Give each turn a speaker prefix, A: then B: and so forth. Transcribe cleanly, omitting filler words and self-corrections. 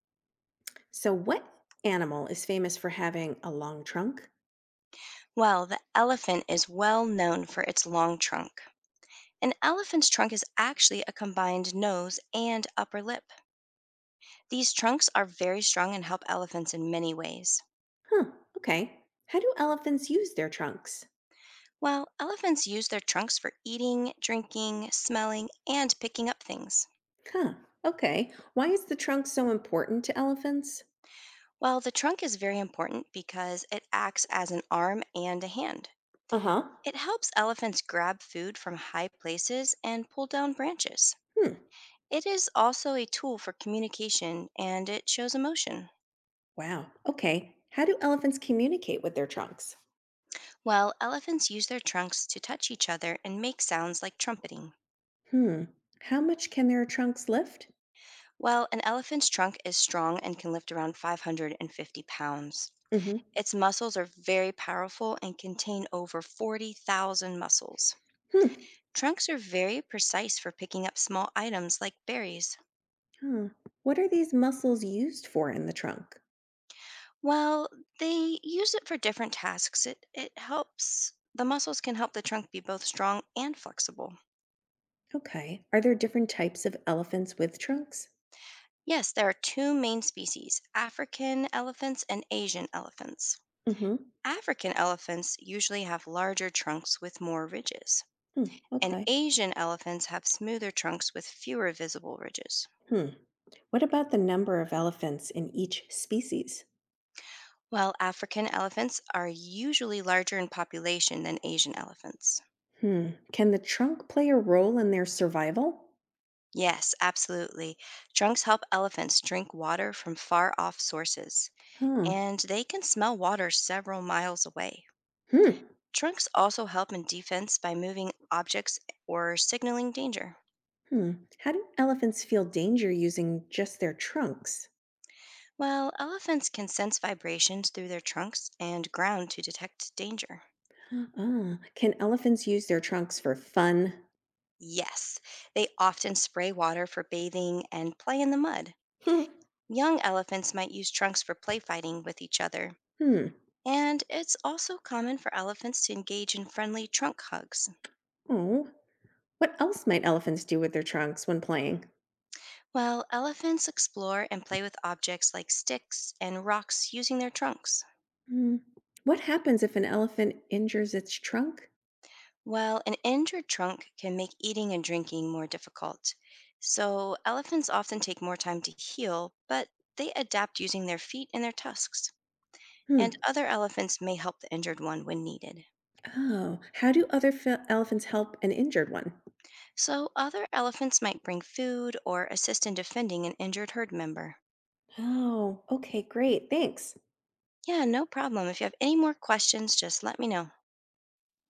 A: So, what animal is famous for having a long trunk?
B: Well, the elephant is well known for its long trunk. An elephant's trunk is actually a combined nose and upper lip. These trunks are very strong and help elephants in many ways.
A: Huh, okay. How do elephants use their trunks?
B: Well, elephants use their trunks for eating, drinking, smelling, and picking up things.
A: Huh, okay. Why is the trunk so important to elephants?
B: Well, the trunk is very important because it acts as an arm and a hand.
A: Uh huh.
B: It helps elephants grab food from high places and pull down branches.
A: Hmm,
B: It is also a tool for communication and it shows emotion.
A: wow, okay. How do elephants communicate with their trunks?
B: Well, elephants use their trunks to touch each other and make sounds like trumpeting.
A: Hmm, how much can their trunks lift?
B: Well, an elephant's trunk is strong and can lift around 550 pounds.
A: Mm hmm.
B: Its muscles are very powerful and contain over 40,000 muscles.
A: Hmm,
B: Trunks are very precise for picking up small items like berries.
A: huh. What are these muscles used for in the trunk?
B: While they use it for different tasks, the muscles can help the trunk be both strong and flexible.
A: Okay. Are there different types of elephants with trunks?
B: Yes, there are two main species, African elephants and Asian elephants.
A: Mm hmm.
B: African elephants usually have larger trunks with more ridges,
A: Hmm,
B: and
A: okay.
B: Asian elephants have smoother trunks with fewer visible ridges.
A: Hmm. What about the number of elephants in each species?
B: While African elephants are usually larger in population than Asian elephants.
A: Hmm. Can the trunk play a role in their survival?
B: Yes, absolutely. Trunks help elephants drink water from far off sources,
A: Huh.
B: and they can smell water several miles away.
A: Hmm.
B: Trunks also help in defense by moving objects or signaling danger.
A: Hmm. How do elephants feel danger using just their trunks?
B: Well, elephants can sense vibrations through their trunks and ground to detect danger.
A: Huh, ah. Can elephants use their trunks for fun?
B: Yes, they often spray water for bathing and play in the mud.
A: Hmm.
B: Young elephants might use trunks for play fighting with each other.
A: Hmm.
B: And it's also common for elephants to engage in friendly trunk hugs.
A: Oh. What else might elephants do with their trunks when playing?
B: Well, elephants explore and play with objects like sticks and rocks using their trunks.
A: Hmm. What happens if an elephant injures its trunk?
B: Well, an injured trunk can make eating and drinking more difficult. So, elephants often take more time to heal, but they adapt using their feet and their tusks. And
A: Hmm.
B: other elephants may help the injured one when needed.
A: Oh. How do other elephants help an injured one?
B: So, other elephants might bring food or assist in defending an injured herd member.
A: Oh. Okay. Great. Thanks.
B: Yeah, no problem. If you have any more questions, just let me know.